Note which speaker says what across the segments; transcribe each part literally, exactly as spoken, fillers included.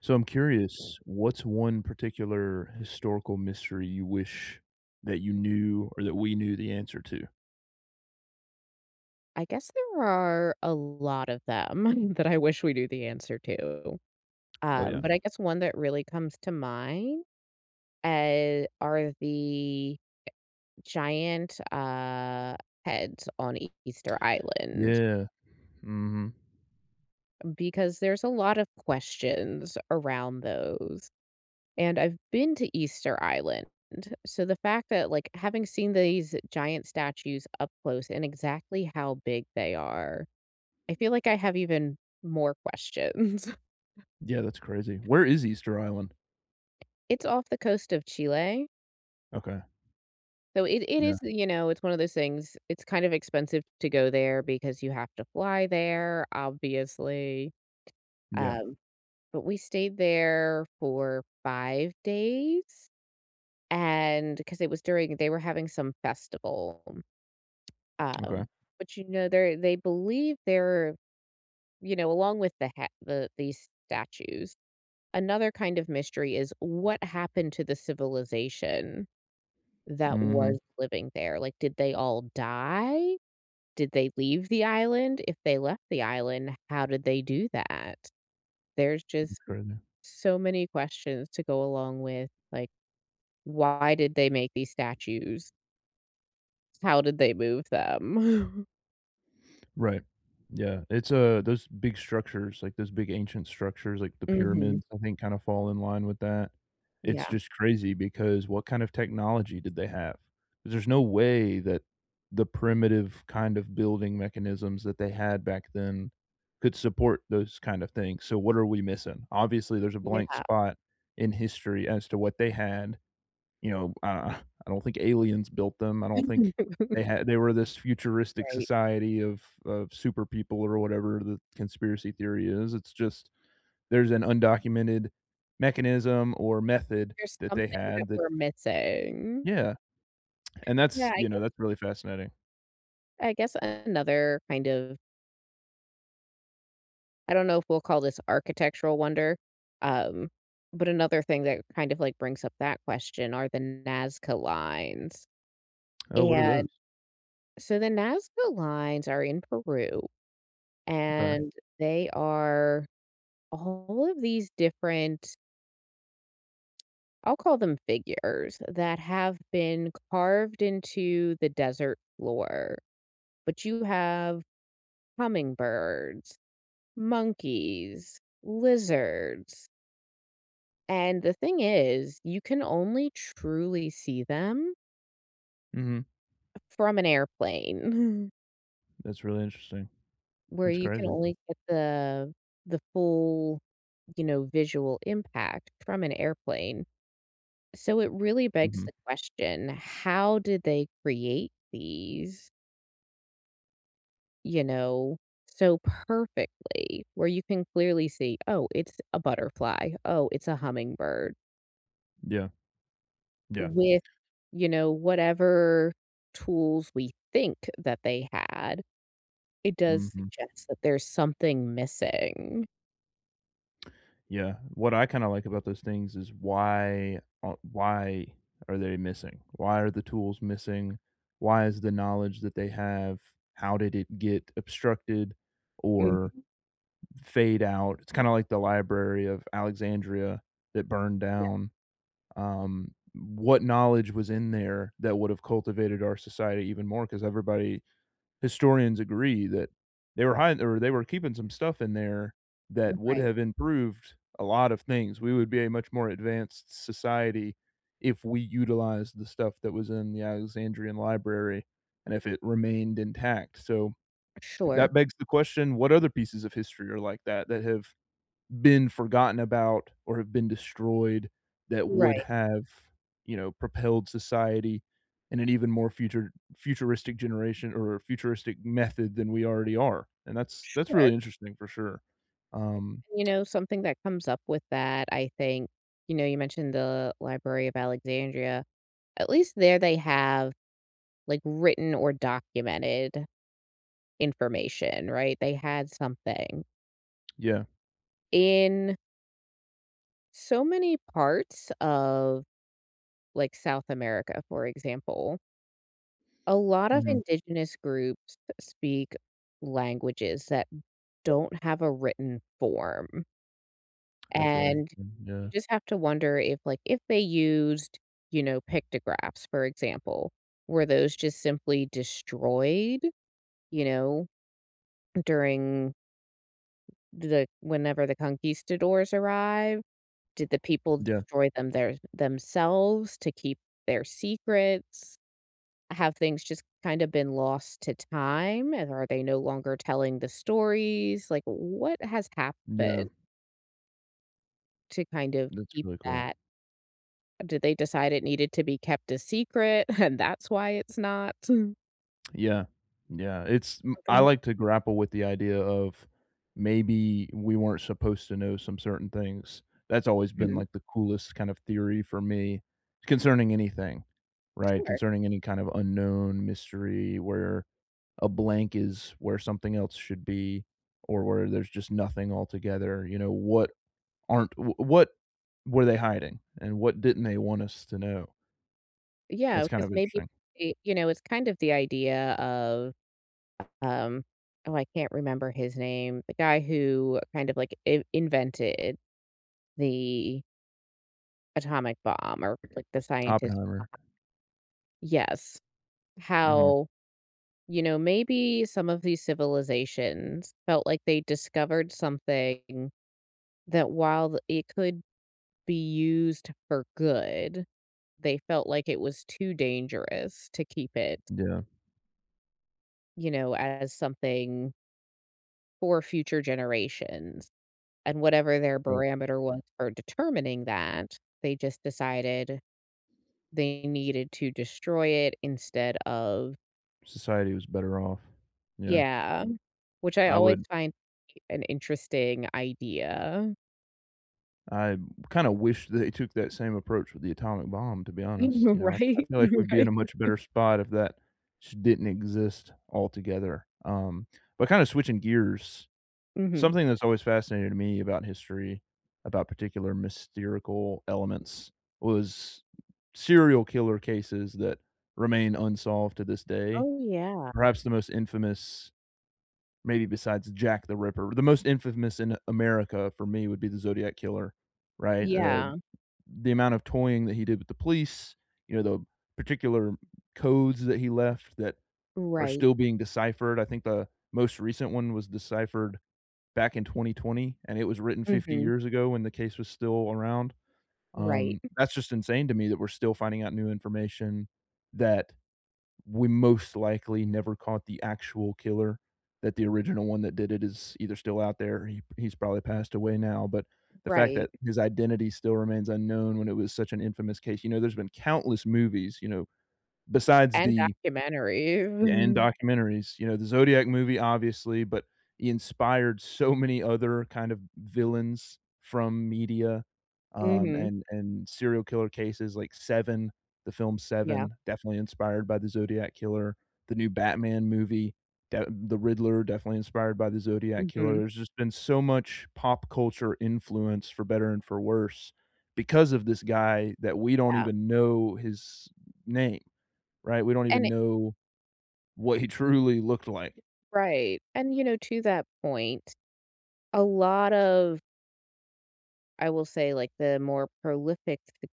Speaker 1: So I'm curious, what's one particular historical mystery you wish that you knew or that we knew the answer to?
Speaker 2: I guess there are a lot of them that I wish we knew the answer to.
Speaker 1: Oh,
Speaker 2: Um,
Speaker 1: yeah.
Speaker 2: but I guess one that really comes to mind uh, are the giant uh, heads on E- Easter Island
Speaker 1: Yeah. Mhm.
Speaker 2: because there's a lot of questions around those. And I've been to Easter Island. So the fact that, like, having seen these giant statues up close and exactly how big they are, I feel like I have even more questions.
Speaker 1: Yeah, that's crazy. Where is Easter Island?
Speaker 2: It's off the coast of Chile,
Speaker 1: Okay.
Speaker 2: so it it
Speaker 1: Yeah.
Speaker 2: is you know, it's one of those things, it's kind of expensive to go there because you have to fly there, obviously,
Speaker 1: Yeah.
Speaker 2: um, but we stayed there for five days, and because it was during they were having some festival, um,
Speaker 1: Okay.
Speaker 2: but, you know, they they believe they're you know, along with the ha the these statues, another kind of mystery is what happened to the civilization that
Speaker 1: Mhm.
Speaker 2: was living there, like, did they all die? Did they leave the island? If they left the island, how did they do that? There's just
Speaker 1: Crazy.
Speaker 2: so many questions to go along with, like, why did they make these statues? How did they move them?
Speaker 1: Right. Yeah, it's, uh, those big structures, like, those big ancient structures, like the
Speaker 2: Mhm.
Speaker 1: pyramids, I think, kinda fall in line with that. It's
Speaker 2: Yeah.
Speaker 1: just crazy because what kind of technology did they have? 'Cause there's no way that the primitive kind of building mechanisms that they had back then could support those kind of things, so what are we missing? Obviously, there's a blank
Speaker 2: Yeah.
Speaker 1: spot in history as to what they had you know, uh, I don't think aliens built them. I don't think they had they were this futuristic
Speaker 2: Right.
Speaker 1: society of of super people or whatever the conspiracy theory is. It's just there's an undocumented mechanism or method
Speaker 2: There's
Speaker 1: that they
Speaker 2: something that
Speaker 1: had that
Speaker 2: we're missing.
Speaker 1: yeah, and that's,
Speaker 2: Yeah, I
Speaker 1: you know,
Speaker 2: guess
Speaker 1: that's really fascinating.
Speaker 2: I guess another kind of I don't know if we'll call this architectural wonder, um, but another thing that kind of, like, brings up that question are the Nazca Lines,
Speaker 1: Oh, what are those?
Speaker 2: and so the Nazca Lines are in Peru,
Speaker 1: Okay.
Speaker 2: and they are all of these different I'll call them figures that have been carved into the desert floor, but you have hummingbirds, monkeys, lizards, and the thing is, you can only truly see them
Speaker 1: Mhm.
Speaker 2: from an airplane
Speaker 1: That's really interesting.
Speaker 2: where
Speaker 1: That's
Speaker 2: you can
Speaker 1: crazy.
Speaker 2: only get the the full, you know, visual impact from an airplane. So it really begs
Speaker 1: Mhm.
Speaker 2: the question, how did they create these, you know, so perfectly where you can clearly see, oh, it's a butterfly, oh, it's a hummingbird
Speaker 1: Yeah. Yeah.
Speaker 2: with, you know, whatever tools we think that they had. It does
Speaker 1: Mhm.
Speaker 2: suggest that there's something missing.
Speaker 1: Yeah, what I kinda like about those things is why uh, why are they missing? Why are the tools missing? Why is the knowledge that they have how did it get obstructed or
Speaker 2: Mhm.
Speaker 1: fade out? It's kinda like the Library of Alexandria that burned
Speaker 2: Yeah,
Speaker 1: down. Um, what knowledge was in there that would have cultivated our society even more? Because everybody historians agree that they were hiding or they were keeping some stuff in there that would
Speaker 2: right.
Speaker 1: have improved a lot of things. We would be a much more advanced society if we utilized the stuff that was in the Alexandrian library and if it remained intact. So
Speaker 2: Sure.
Speaker 1: that begs the question what other pieces of history are like that that have been forgotten about or have been destroyed that would
Speaker 2: Right.
Speaker 1: have, you know, propelled society in an even more future futuristic generation or futuristic method than we already are, and that's that's
Speaker 2: Sure.
Speaker 1: really interesting for sure. Um,
Speaker 2: You know, something that comes up with that, I think, you know, you mentioned the Library of Alexandria. At least there they have, like, written or documented information, right? They had something.
Speaker 1: yeah,
Speaker 2: In so many parts of, like, South America, for example, a lot of
Speaker 1: mhm,
Speaker 2: indigenous groups speak languages that don't have a written form. Mhm.
Speaker 1: that's really
Speaker 2: And
Speaker 1: interesting, yeah,
Speaker 2: you just have to wonder if, like, if they used, you know, pictographs, for example, were those just simply destroyed, you know, during the whenever the conquistadors arrived? Did the people
Speaker 1: yeah,
Speaker 2: destroy them their themselves to keep their secrets? Have things just kinda been lost to time, and are they no longer telling the stories? Like, what has
Speaker 1: yeah,
Speaker 2: happened to kind of
Speaker 1: that's
Speaker 2: keep
Speaker 1: really cool.
Speaker 2: that? Did they decide it needed to be kept a secret, and that's why it's not? Mm.
Speaker 1: Yeah. Yeah, it's m I
Speaker 2: Something
Speaker 1: like to grapple with the idea of maybe we weren't supposed to know some certain things. That's always been,
Speaker 2: Mhm,
Speaker 1: like, the coolest kind of theory for me concerning anything, right?
Speaker 2: sure.
Speaker 1: Concerning any kind of unknown mystery where a blank is where something else should be or where there's just nothing altogether, you know, what aren't wh what were they hiding and what didn't they want us to know?
Speaker 2: Yeah,
Speaker 1: That's kind
Speaker 2: 'cause
Speaker 1: of
Speaker 2: maybe,
Speaker 1: interesting.
Speaker 2: I you know, it's kind of the idea of, um oh, I can't remember his name, the guy who kind of, like, I invented the atomic bomb or, like, the scientist.
Speaker 1: Oppenheimer.
Speaker 2: Yes.
Speaker 1: Mhm.
Speaker 2: How you know, maybe some of these civilizations felt like they discovered something that while th- it could be used for good, they felt like it was too dangerous to keep it,
Speaker 1: Yeah.
Speaker 2: you know, as something for future generations. And whatever their
Speaker 1: Right.
Speaker 2: parameter was for determining that, they just decided they needed to destroy it instead of,
Speaker 1: Society was better off. Yeah.
Speaker 2: yeah, which I
Speaker 1: I
Speaker 2: always
Speaker 1: would
Speaker 2: find an interesting idea.
Speaker 1: I kinda wish they took that same approach with the atomic bomb, to be honest, you know, I I
Speaker 2: Right,
Speaker 1: feel like we'd be in
Speaker 2: right.
Speaker 1: a much better spot if that just didn't exist altogether. Um, but kinda switching gears,
Speaker 2: Mhm.
Speaker 1: something that's always fascinated me about history, about particular mysterical elements was serial killer cases that remain unsolved to this day.
Speaker 2: Oh, yeah.
Speaker 1: Perhaps the most infamous maybe besides Jack the Ripper. The most infamous in America for me would be the Zodiac Killer, right? Uh,
Speaker 2: Yeah.
Speaker 1: the amount of toying that he did with the police, you know, the particular codes that he left that are
Speaker 2: Right.
Speaker 1: still being deciphered. I think the most recent one was deciphered back in twenty twenty, and it was written fifty
Speaker 2: Mhm.
Speaker 1: years ago when the case was still around.
Speaker 2: Right,
Speaker 1: Um, that's just insane to me that we're still finding out new information that we most likely never caught the actual killer. That the original one that did it is either still out there, or he he's probably passed away now, but the fact
Speaker 2: right,
Speaker 1: that his identity still remains unknown when it was such an infamous case, you know, there's been countless movies, you know, besides
Speaker 2: and
Speaker 1: the and
Speaker 2: documentaries.
Speaker 1: documentaries. You know, the Zodiac movie, obviously, but he inspired so many other kind of villains from media, um,
Speaker 2: Mhm.
Speaker 1: and and serial killer cases like Seven, the film
Speaker 2: Yeah.
Speaker 1: Seven, definitely inspired by the Zodiac killer. The new Batman movie, de the Riddler, definitely inspired by the Zodiac killer.
Speaker 2: Mhm.
Speaker 1: There's just been so much pop culture influence, for better and for worse, because of this guy that we don't
Speaker 2: Yeah,
Speaker 1: even know his name, right? We don't
Speaker 2: and
Speaker 1: even
Speaker 2: it
Speaker 1: know what he truly looked like.
Speaker 2: right, and, you know, to that point, a lot of, I will say, like, the more prolific s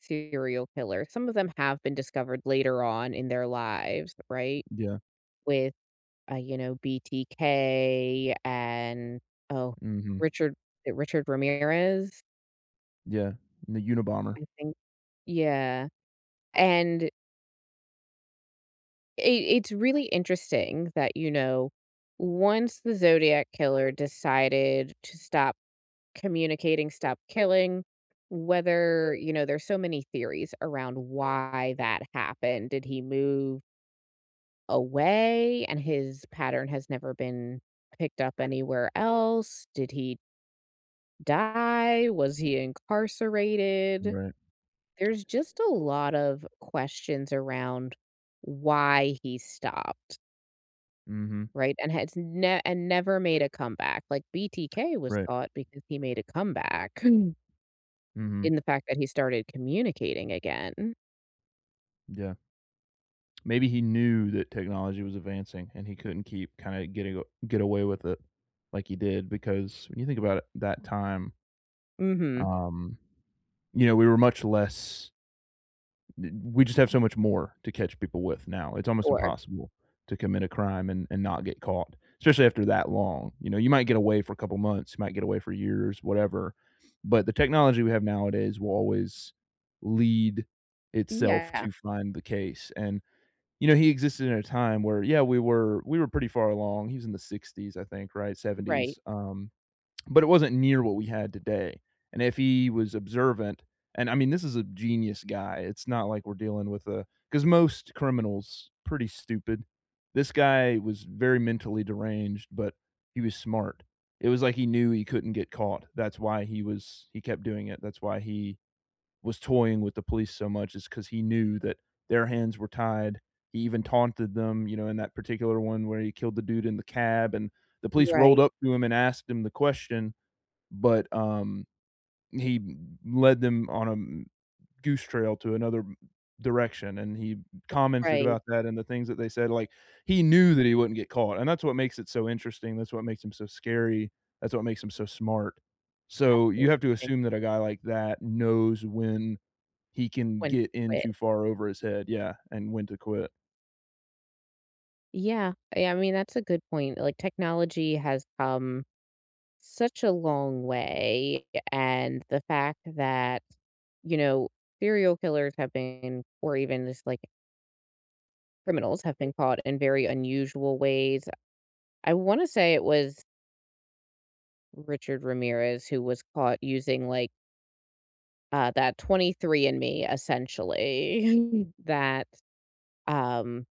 Speaker 2: serial killers, some of them have been discovered later on in their lives, right?
Speaker 1: Yeah.
Speaker 2: With, uh, you know, B T K and, oh,
Speaker 1: Mhm.
Speaker 2: Richard Richard Ramirez?
Speaker 1: Yeah. In the Unabomber.
Speaker 2: I think yeah, and it it's really interesting that, you know, once the Zodiac killer decided to stop communicating, stop killing, whether you know, there's so many theories around why that happened. Did he move away and his pattern has never been picked up anywhere else? Did he die? Was he incarcerated?
Speaker 1: Right.
Speaker 2: There's just a lot of questions around why he stopped,
Speaker 1: Mhm.
Speaker 2: right? And has ne and never made a comeback. Like, B T K was
Speaker 1: Right.
Speaker 2: caught because he made a comeback. Mm.
Speaker 1: Mhm.
Speaker 2: In the fact that he started communicating again.
Speaker 1: Yeah. Maybe he knew that technology was advancing and he couldn't keep kinda getting get away with it like he did because when you think about it, that time,
Speaker 2: Mhm.
Speaker 1: um, you know, we were much less we just have so much more to catch people with now. It's almost
Speaker 2: Or
Speaker 1: impossible to commit a crime and and not get caught, especially after that long. You know, you might get away for a couple months, you might get away for years, whatever. But the technology we have nowadays will always lead itself
Speaker 2: Yeah.
Speaker 1: to find the case. And, you know, he existed in a time where, yeah, we were we were pretty far along. He was in the sixties, I think, right? seventies.
Speaker 2: Right.
Speaker 1: Um but it wasn't near what we had today. And if he was observant, and I mean, this is a genius guy. It's not like we're dealing with a because most criminals pretty stupid. This guy was very mentally deranged, but he was smart. It was like he knew he couldn't get caught. That's why he was he kept doing it. That's why he was toying with the police so much is because he knew that their hands were tied. He even taunted them, you know, in that particular one where he killed the dude in the cab and the police
Speaker 2: Right.
Speaker 1: rolled up to him and asked him the question but, um, he led them on a m goose trail to another direction, and he commented
Speaker 2: Right.
Speaker 1: about that and the things that they said, like, he knew that he wouldn't get caught, and that's what makes it so interesting, that's what makes him so scary, that's what makes him so smart. So, you
Speaker 2: When
Speaker 1: have to assume that a guy like that knows when he can
Speaker 2: when to
Speaker 1: get in
Speaker 2: quit.
Speaker 1: too far over his head, yeah, and when to quit.
Speaker 2: Yeah. Yeah, I mean, that's a good point. Like, technology has come such a long way, and the fact that, you know, serial killers have been or even just, like, criminals have been caught in very unusual ways. I wanna say it was Richard Ramirez who was caught using, like, uh, that twenty-three and Me, essentially, that, um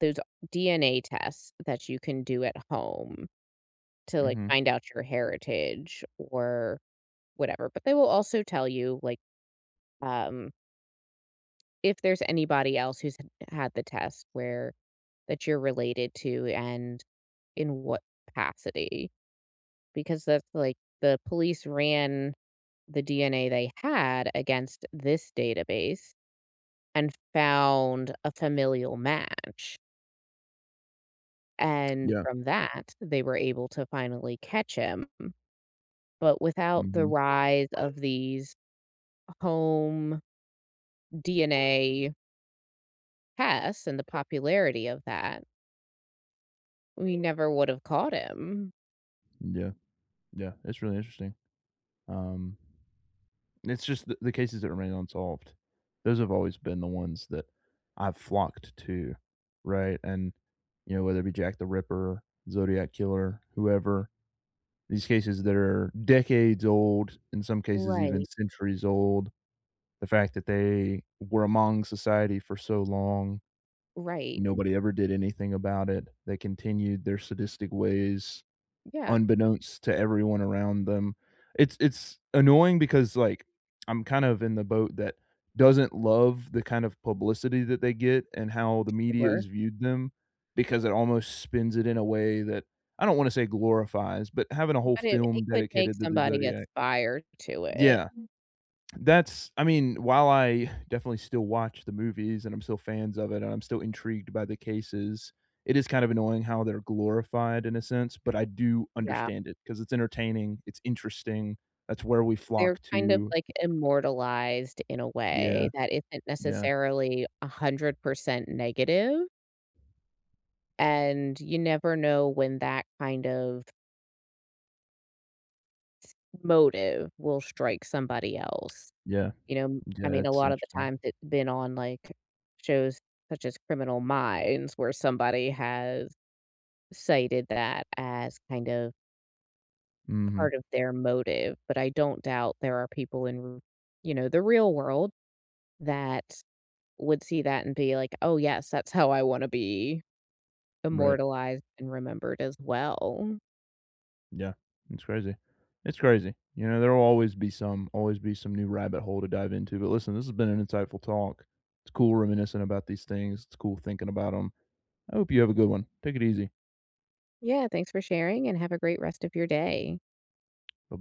Speaker 2: those D N A tests that you can do at home to, like,
Speaker 1: Mhm.
Speaker 2: find out your heritage or whatever, but they will also tell you, like, um if there's anybody else who's had the test where that you're related to and in what capacity, because that's, like, the police ran the D N A they had against this database and found a familial match, and
Speaker 1: Yeah.
Speaker 2: from that, they were able to finally catch him, but without the
Speaker 1: Mhm.
Speaker 2: rise of these home D N A tests and the popularity of that, we never would have caught him.
Speaker 1: Yeah, yeah, it's really interesting. Um It's just the, the cases that remain unsolved. Those have always been the ones that I've flocked to, right? And you know, whether it be Jack the Ripper, Zodiac Killer, whoever, these cases that are decades old, in some cases even
Speaker 2: Right,
Speaker 1: centuries old, the fact that they were among society for so long,
Speaker 2: right.
Speaker 1: nobody ever did anything about it. They continued their sadistic ways
Speaker 2: Yeah,
Speaker 1: unbeknownst to everyone around them. It's it's annoying because like I'm kind of in the boat that doesn't love the kind of publicity that they get and how the media has
Speaker 2: sure.
Speaker 1: viewed them because it almost spins it in a way that I don't want to say glorifies, but having a whole
Speaker 2: But it it
Speaker 1: film
Speaker 2: could make
Speaker 1: dedicated to the
Speaker 2: somebody
Speaker 1: Zodiac.
Speaker 2: aspire to it.
Speaker 1: Yeah. That's I mean, while I definitely still watch the movies and I'm still fans of it and I'm still intrigued by the cases, it is kind of annoying how they're glorified in a sense, but I do
Speaker 2: Yeah,
Speaker 1: understand it because it's entertaining, it's interesting, that's where we
Speaker 2: they're
Speaker 1: flock
Speaker 2: kind of,
Speaker 1: to.
Speaker 2: like, immortalized in a
Speaker 1: Yeah,
Speaker 2: way that isn't
Speaker 1: yeah,
Speaker 2: necessarily one hundred percent negative, negative. And you never know when that kind of motive will strike somebody else.
Speaker 1: yeah,
Speaker 2: You know, I
Speaker 1: yeah,
Speaker 2: mean, a
Speaker 1: it's
Speaker 2: lot of the
Speaker 1: interesting.
Speaker 2: times it's been on, like, shows such as Criminal Minds where somebody has cited that as kind of
Speaker 1: Mhm,
Speaker 2: part of their motive, but I don't doubt there are people in, you know, the real world that would see that and be like, "Oh, yes, that's how I wanna be
Speaker 1: right,
Speaker 2: immortalized and remembered as well."
Speaker 1: yeah, it's crazy. It's crazy. You know, there will always be some always be some new rabbit hole to dive into, but listen, this has been an insightful talk. It's cool reminiscing about these things, it's cool thinking about them. I hope you have a good one. Take it easy.
Speaker 2: Yeah, thanks for sharing and have a great rest of your day.
Speaker 1: Bye bye.